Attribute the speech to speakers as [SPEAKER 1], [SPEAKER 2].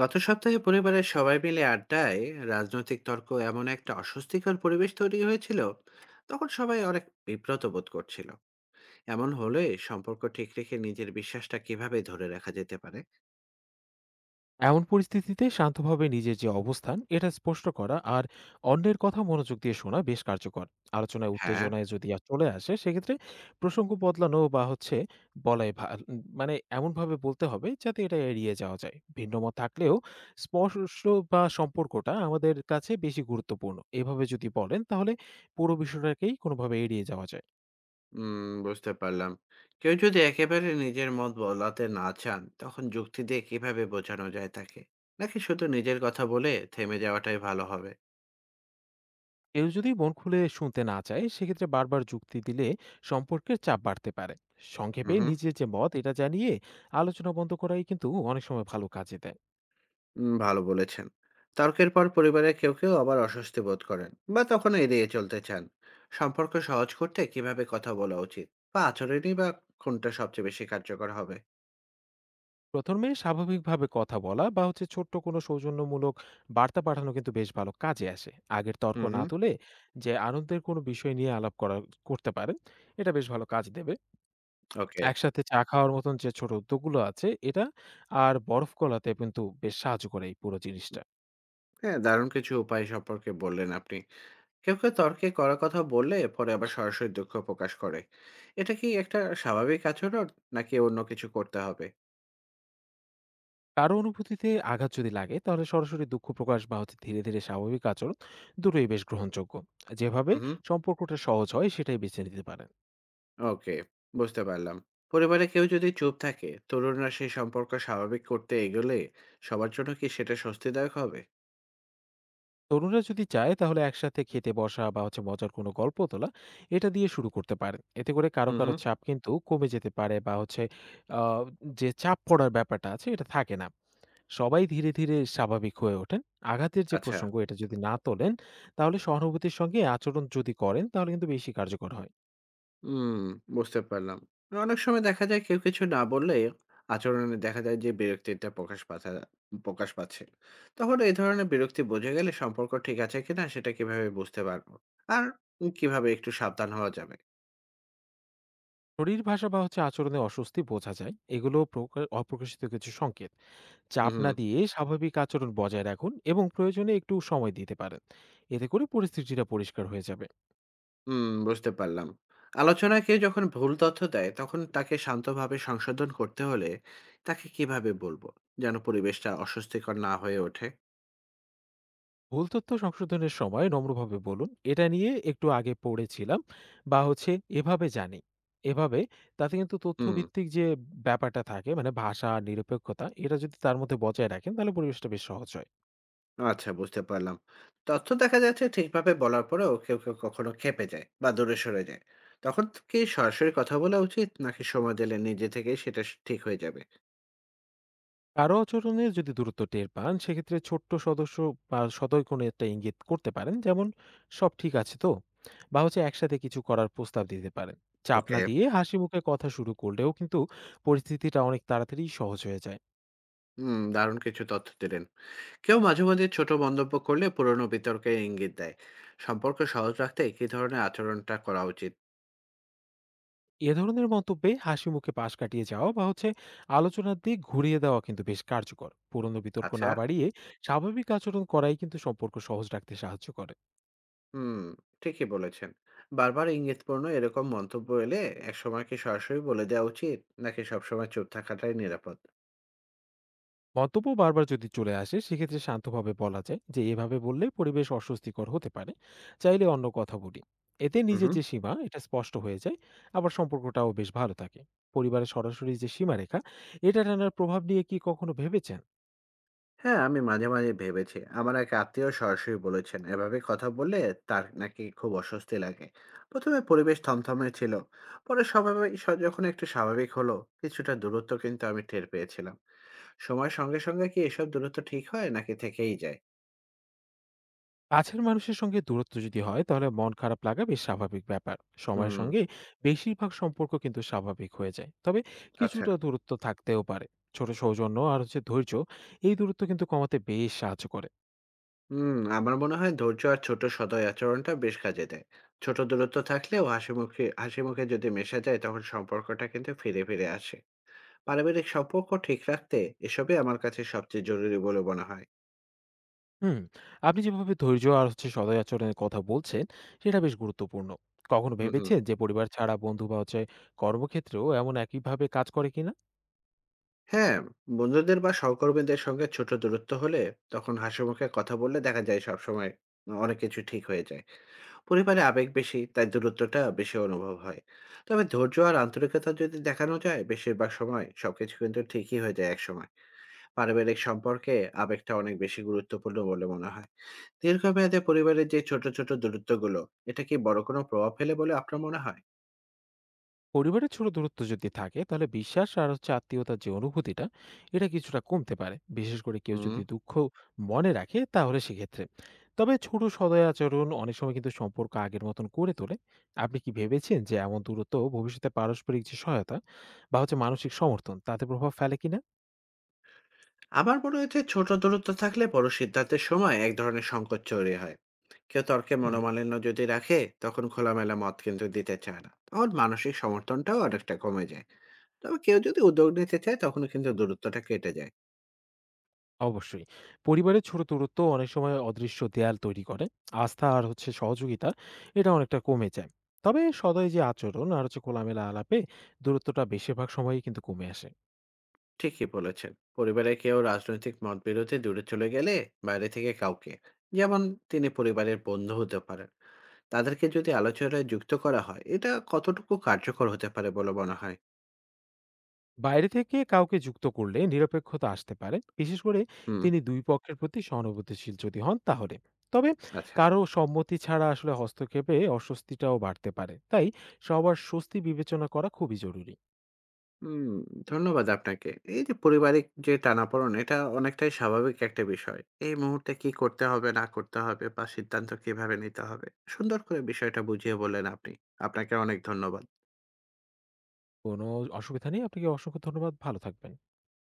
[SPEAKER 1] গত সপ্তাহে পরিবারের সবাই মিলে আড্ডায় রাজনৈতিক তর্ক এমন একটা অস্বস্তিকর পরিবেশ তৈরি হয়েছিল। তখন সবাই অনেক বিব্রত বোধ করছিল। এমন হলে সম্পর্ক ঠিক রেখে নিজের বিশ্বাসটা কিভাবে ধরে রাখা যেতে পারে?
[SPEAKER 2] এমন পরিস্থিতিতে শান্তভাবে নিজের যে অবস্থান এটা স্পষ্ট করা আর অন্যের কথা মনোযোগ দিয়ে শোনা বেশ কার্যকর। আলোচনায়
[SPEAKER 1] হ্যাঁ।
[SPEAKER 2] উত্তেজনায় যদি আর চলে আসে সেক্ষেত্রে প্রসঙ্গ বদলানো বা হচ্ছে মানে এমনভাবে বলতে হবে যাতে এটা এড়িয়ে যাওয়া যায়। ভিন্নমত থাকলেও স্পর্শ বা সম্পর্কটা আমাদের কাছে বেশি গুরুত্বপূর্ণ এভাবে যদি বলেন তাহলে পুরো বিষয়টাকেই কোনোভাবে এড়িয়ে যাওয়া যায়।
[SPEAKER 1] বুঝতে পারলাম। কেউ যদি একেবারে নিজের মত বলাতে না চান তখন যুক্তি দিয়ে কিভাবে বোঝানো যায় তাকে, নাকি শুধু নিজের কথা বলে থেমে যাওয়াটাই ভালো হবে?
[SPEAKER 2] কেউ যদি মন খুলে শুনতে না চায় সেক্ষেত্রে বারবার যুক্তি দিলে সম্পর্কের চাপ বাড়তে পারে। সংক্ষেপে
[SPEAKER 1] হুম।
[SPEAKER 2] নিজের যে মত এটা জানিয়ে আলোচনা বন্ধ করাই কিন্তু অনেক সময় ভালো কাজে দেয়।
[SPEAKER 1] ভালো বলেছেন। তর্কের পর পরিবারের কেউ কেউ আবার অস্বস্তি বোধ করেন বা তখন এড়িয়ে চলতে চান। সম্পর্ক সহজ করতে কিভাবে কথা বলা উচিত, বা আচরণই বা কোনটা সবচেয়ে বেশি কার্যকর হবে?
[SPEAKER 2] প্রথমে স্বাভাবিকভাবে কথা বলা বা হচ্ছে ছোট্ট কোনো সৌজন্যমূলক বার্তা পাঠানো কিন্তু বেশ ভালো কাজে আসে। আগের তর্ক
[SPEAKER 1] হুম
[SPEAKER 2] না
[SPEAKER 1] হুম।
[SPEAKER 2] তুলে যে আনন্দের কোনো বিষয় নিয়ে আলাপ করা করতে পারেন, এটা বেশ ভালো কাজ দেবে।
[SPEAKER 1] ওকে।
[SPEAKER 2] একসাথে চা খাওয়ার মতন যে ছোট উদ্যোগগুলো আছে এটা আর বরফ গলাতে কিন্তু বেশ সাহায্য করে এই পুরো জিনিসটা।
[SPEAKER 1] হ্যাঁ, দারুণ কিছু উপায় সম্পর্কে বললেন আপনি। কেউ কেউ তর্কে করা কথা বললে পরে আবার সরাসরি দুঃখ প্রকাশ করে। এটা কি একটা স্বাভাবিক আচরণ, নাকি অন্য কিছু করতে হবে?
[SPEAKER 2] কারো অনুভূতিতে আঘাত যদি লাগে তাহলে সরাসরি দুঃখ প্রকাশ বা হচ্ছে ধীরে ধীরে স্বাভাবিক আচরণ, দুটোই বেশ গ্রহণযোগ্য। যেভাবে
[SPEAKER 1] হুম হুম।
[SPEAKER 2] সম্পর্কটা সহজ হয় সেটাই বেছে নিতে পারেন।
[SPEAKER 1] ওকে, বুঝতে পারলাম। পরিবারে কেউ যদি চুপ থাকে, তরুণরা সেই সম্পর্ক স্বাভাবিক করতে এগোলে সবার জন্য কি সেটা স্বস্তিদায়ক হবে?
[SPEAKER 2] তরুণরা যদি চায় তাহলে একসাথে খেতে বসা বা হচ্ছে মজার কোনো গল্প তোলা, এটা দিয়ে শুরু করতে পারেন। এতে করে কারো
[SPEAKER 1] হুম
[SPEAKER 2] কারো
[SPEAKER 1] হুম।
[SPEAKER 2] চাপ কিন্তু কমে যেতে পারে বা হচ্ছে আহ, যে চাপ পড়ার ব্যাপারটা আছে এটা থাকে না। সবাই ধীরে ধীরে স্বাভাবিক হয়ে ওঠেন। আঘাতের যে
[SPEAKER 1] আচ্ছা।
[SPEAKER 2] প্রসঙ্গ এটা যদি না তোলেন তাহলে সহানুভূতির সঙ্গে আচরণ যদি করেন তাহলে কিন্তু বেশি কার্যকর হয়।
[SPEAKER 1] হুম, বুঝতে পারলাম। অনেক সময় দেখা যায় কেউ কিছু না বললে আচরণে দেখা যায় যে বিরক্তিটা প্রকাশ পাচ্ছে, প্রকাশ পাচ্ছে। তখন এই ধরনের বিরক্তি বোঝা গেলে সম্পর্ক ঠিক আছে কিনা সেটা কিভাবে বুঝতে পারবো? আর কিভাবে একটু সাবধান হওয়া যাবে?
[SPEAKER 2] শরীর ভাষা বা হচ্ছে আচরণে অস্বস্তি বোঝা যায়, এগুলো অপ্রকাশিত কিছু সংকেত।
[SPEAKER 1] হুম
[SPEAKER 2] চাপ না
[SPEAKER 1] হুম।
[SPEAKER 2] দিয়ে স্বাভাবিক আচরণ বজায় রাখুন এবং প্রয়োজনে একটু সময় দিতে পারেন। এতে করে পরিস্থিতিটা পরিষ্কার হয়ে যাবে।
[SPEAKER 1] হুম, বুঝতে পারলাম। আলোচনায় কেউ যখন ভুল তথ্য দেয়, তখন তাকে শান্তভাবে সংশোধন করতে হলে তাকে কিভাবে বলবো? যেন পরিবেশটা অস্বস্তিকর না হয়ে ওঠে।
[SPEAKER 2] ভুল তথ্য সংশোধনের সময় নম্রভাবে বলুন, এটা নিয়ে একটু আগে পড়েছিলাম বা হচ্ছে এভাবে জানি এভাবে। তাতে কিন্তু
[SPEAKER 1] হুম।
[SPEAKER 2] তথ্যভিত্তিক যে ব্যাপারটা থাকে, মানে ভাষা নিরপেক্ষতা এটা যদি তার মধ্যে বজায় রাখেন তাহলে পরিবেশটা বেশ সহজ হয়।
[SPEAKER 1] আচ্ছা, বুঝতে পারলাম। তথ্য দেখা যাচ্ছে ঠিকভাবে বলার পরেও কেউ, কেউ কখনো ক্ষেপে যায় বা দূরে সরে যায়। তখন ত কি সরাসরি কথা বলা উচিত? নাকি সময় দিলে নিজে থেকেই সেটা স ঠিক হয়ে যাবে?
[SPEAKER 2] কারো আচরণে যদি দূরত্ব টের পান সেক্ষেত্রে ছোট্ট সদস্য বা সদয় কোনো একটা ইঙ্গিত করতে পারেন, যেমন সব ঠিক আছে তো, বা হচ্ছে একসাথে কিছু করার প্রস্তাব দিতে পারেন। চাপ না
[SPEAKER 1] ওকে।
[SPEAKER 2] দিয়ে হাসি মুখে কথা শুরু করলেও কিন্তু পরিস্থিতিটা অনেক তাড়াতাড়ি সহজ হয়ে যায়।
[SPEAKER 1] হুম, দারুণ কিছু তথ্য দিলেন। কেউ মাঝে মাঝে ছোট মন্তব্য করলে পুরনো বিতর্কে ইঙ্গিত দেয়। সম্পর্ক সহজ রাখতে কি ধরনের আচরণটা করা উচিত?
[SPEAKER 2] এ ধরনের মন্তব্যে হাসি মুখে পাশ কাটিয়ে যাওয়া বা হচ্ছে আলোচনার দিক ঘুরিয়ে দেওয়া কিন্তু বেশ কার্যকর। পুরনো বিতর্ক
[SPEAKER 1] আচ্ছা।
[SPEAKER 2] না বাড়িয়ে স্বাভাবিক আচরণ করাই কিন্তু সম্পর্ক সহজ রাখতে সাহায্য করে।
[SPEAKER 1] হুম, ঠিকই বলেছেন। বারবার ইঙ্গিতপূর্ণ এরকম মন্তব্য এলে একসময় কি সরাসরি বলে দেওয়া উচিত, নাকি সবসময় চুপ থাকাটাই নিরাপদ?
[SPEAKER 2] মন্তব্য বারবার যদি চলে আসে সেক্ষেত্রে শান্তভাবে বলা যায় যে এভাবে বললে পরিবেশ অস্বস্তিকর হতে পারে, চাইলে অন্য কথা বলি। এতে নিজের
[SPEAKER 1] হুম।
[SPEAKER 2] যে সীমা এটা স্পষ্ট হয়ে যায়, আবার সম্পর্কটাও বেশ ভালো থাকে। পরিবারের সরাসরি যে সীমারেখা এটা টানার প্রভাব নিয়ে কি কখনো ভেবেছেন?
[SPEAKER 1] হ্যাঁ, আমি মাঝে মাঝে ভেবেছি আমার এক আত্মীয় সরাসরি বলেছেন এভাবে কথা বললে তার নাকি খুব অস্বস্তি লাগে। প্রথমে পরিবেশ থমথমে ছিল, পরে যখন একটু স্বাভাবিক হলো, কিছুটা দূরত্ব কিন্তু আমি টের পেয়েছিলাম। সময়ের সঙ্গে কি এসব দূরত্ব ঠিক হয় নাকি থেকেই যায়?
[SPEAKER 2] কাছের মানুষের সঙ্গে দূরত্ব যদি হয় তাহলে মন খারাপ লাগা বেশ স্বাভাবিক ব্যাপার। সময়ের
[SPEAKER 1] হুম।
[SPEAKER 2] সঙ্গে বেশিরভাগ সম্পর্ক কিন্তু স্বাভাবিক হয়ে যায়, তবে
[SPEAKER 1] আচ্ছা।
[SPEAKER 2] কিছুটা দূরত্ব থাকতেও পারে। ছোট সৌজন্য আর হচ্ছে ধৈর্য এই দূরত্ব কিন্তু কমাতে বেশ সাহায্য করে।
[SPEAKER 1] হুম, আমার মনে হয় ধৈর্য আর ছোট সদয় আচরণটা বেশ কাজে দেয়। ছোট দূরত্ব থাকলেও হাসিমুখে হাসিমুখে যদি মেশা যায় তখন সম্পর্কটা কিন্তু ফিরে আসে। পারিবারিক সম্পর্ক ঠিক রাখতে এসবই আমার কাছে সবচেয়ে জরুরি বলে মনে হয়।
[SPEAKER 2] হুম, আপনি যেভাবে ধৈর্য আর হচ্ছে সদয় আচরণের কথা বলছেন সেটা বেশ গুরুত্বপূর্ণ। কখনো
[SPEAKER 1] হুম, হুম।
[SPEAKER 2] ভেবেছেন যে পরিবার ছাড়া বন্ধু বা হচ্ছে কর্মক্ষেত্রেও এমন একইভাবে কাজ করে কিনা?
[SPEAKER 1] হ্যাঁ, বন্ধুদের বা সহকর্মীদের সঙ্গে ছোট দূরত্ব হলে তখন হাসিমুখে কথা বললে দেখা যায় সবসময় অনেক কিছু ঠিক হয়ে যায়। পরিবারে আবেগ বেশি, তাই দূরত্বটা বেশি অনুভব হয়। তবে ধৈর্য আর আন্তরিকতা যদি দেখানো যায় বেশিরভাগ সময় সবকিছু কিন্তু ঠিকই হয়ে যায় একসময়। পারিবারিক সম্পর্কে আবেগটা অনেক বেশি গুরুত্বপূর্ণ বলে মনে হয়। দীর্ঘমেয়াদে পরিবারের যে ছোট ছোট দূরত্বগুলো, এটা কি বড় কোনো প্রভাব ফেলে বলে আপনার মনে হয়?
[SPEAKER 2] পরিবারের ছোট দূরত্ব যদি থাকে তাহলে বিশ্বাস আর হচ্ছে আত্মীয়তার যে অনুভূতিটা এটা কিছুটা কমতে পারে, বিশেষ করে কেউ
[SPEAKER 1] হুম।
[SPEAKER 2] যদি দুঃখ মনে রাখে তাহলে সেক্ষেত্রে। তবে ছোট সদয় আচরণ অনেক সময় কিন্তু সম্পর্ক আগের মতন করে তোলে। আপনি কি ভেবেছেন যে এমন দূরত্ব ভবিষ্যতে পারস্পরিক যে সহায়তা বা হচ্ছে মানসিক সমর্থন তাতে প্রভাব ফেলে কিনা?
[SPEAKER 1] আমার মনে হয়েছে ছোট দূরত্ব থাকলে বড় সিদ্ধান্তের সময় এক ধরনের সংকট তৈরি হয়। কেউ তর্কে
[SPEAKER 2] হুম,
[SPEAKER 1] মনোমালিন্য যদি রাখে তখন খোলামেলা মত কিন্তু দিতে চায় না, তখন মানসিক সমর্থনটাও অনেকটা কমে যায়। তবে কেউ যদি উদ্যোগ নিতে চায় তখন কিন্তু দূরত্বটা কেটে যায়।
[SPEAKER 2] অবশ্যই। পরিবারের ছোট দূরত্ব অনেক সময় অদৃশ্য দেয়াল তৈরি করে। আস্থা আর হচ্ছে সহযোগিতা এটা অনেকটা কমে যায়। তবে সদয় যে আচরণ আর হচ্ছে খোলামেলা আলাপে দূরত্বটা বেশিরভাগ সময়ই কিন্তু কমে আসে।
[SPEAKER 1] ঠিকই বলেছেন। পরিবারে কেউ রাজনৈতিক মত বিরোধে দূরে চলে গেলে বাইরে থেকে কাউকে, যেমন তিনি পরিবারের বন্ধু হতে পারেন, তাদেরকে যদি আলোচনায় যুক্ত করা হয় এটা কতটুকু কার্যকর হতে পারে বলে মনে হয়?
[SPEAKER 2] বাইরে থেকে কাউকে যুক্ত করলে নিরপেক্ষতা আসতে পারে। বিশেষ করে
[SPEAKER 1] হুম।
[SPEAKER 2] তিনি দুই পক্ষের প্রতি সহানুভূতিশীল যদি হন তাহলে। তবে
[SPEAKER 1] আচ্ছা।
[SPEAKER 2] কারো সম্মতি ছাড়া আসলে হস্তক্ষেপে অস্বস্তিটাও বাড়তে পারে। তাই সবার স্বস্তি বিবেচনা করা খুবই জরুরি।
[SPEAKER 1] হুম, ধন্যবাদ আপনাকে। এই যে পারিবারিক যে টানাপোড়েন এটা অনেকটাই স্বাভাবিক একটা বিষয়। এই মুহূর্তে কি করতে হবে না করতে হবে বা সিদ্ধান্ত কিভাবে নিতে হবে। সুন্দর করে বিষয়টা বুঝিয়ে বললেন আপনি। আপনাকে অনেক ধন্যবাদ।
[SPEAKER 2] কোনো অসুবিধা নেই। আপনাকে অসংখ্য ধন্যবাদ। ভালো থাকবেন।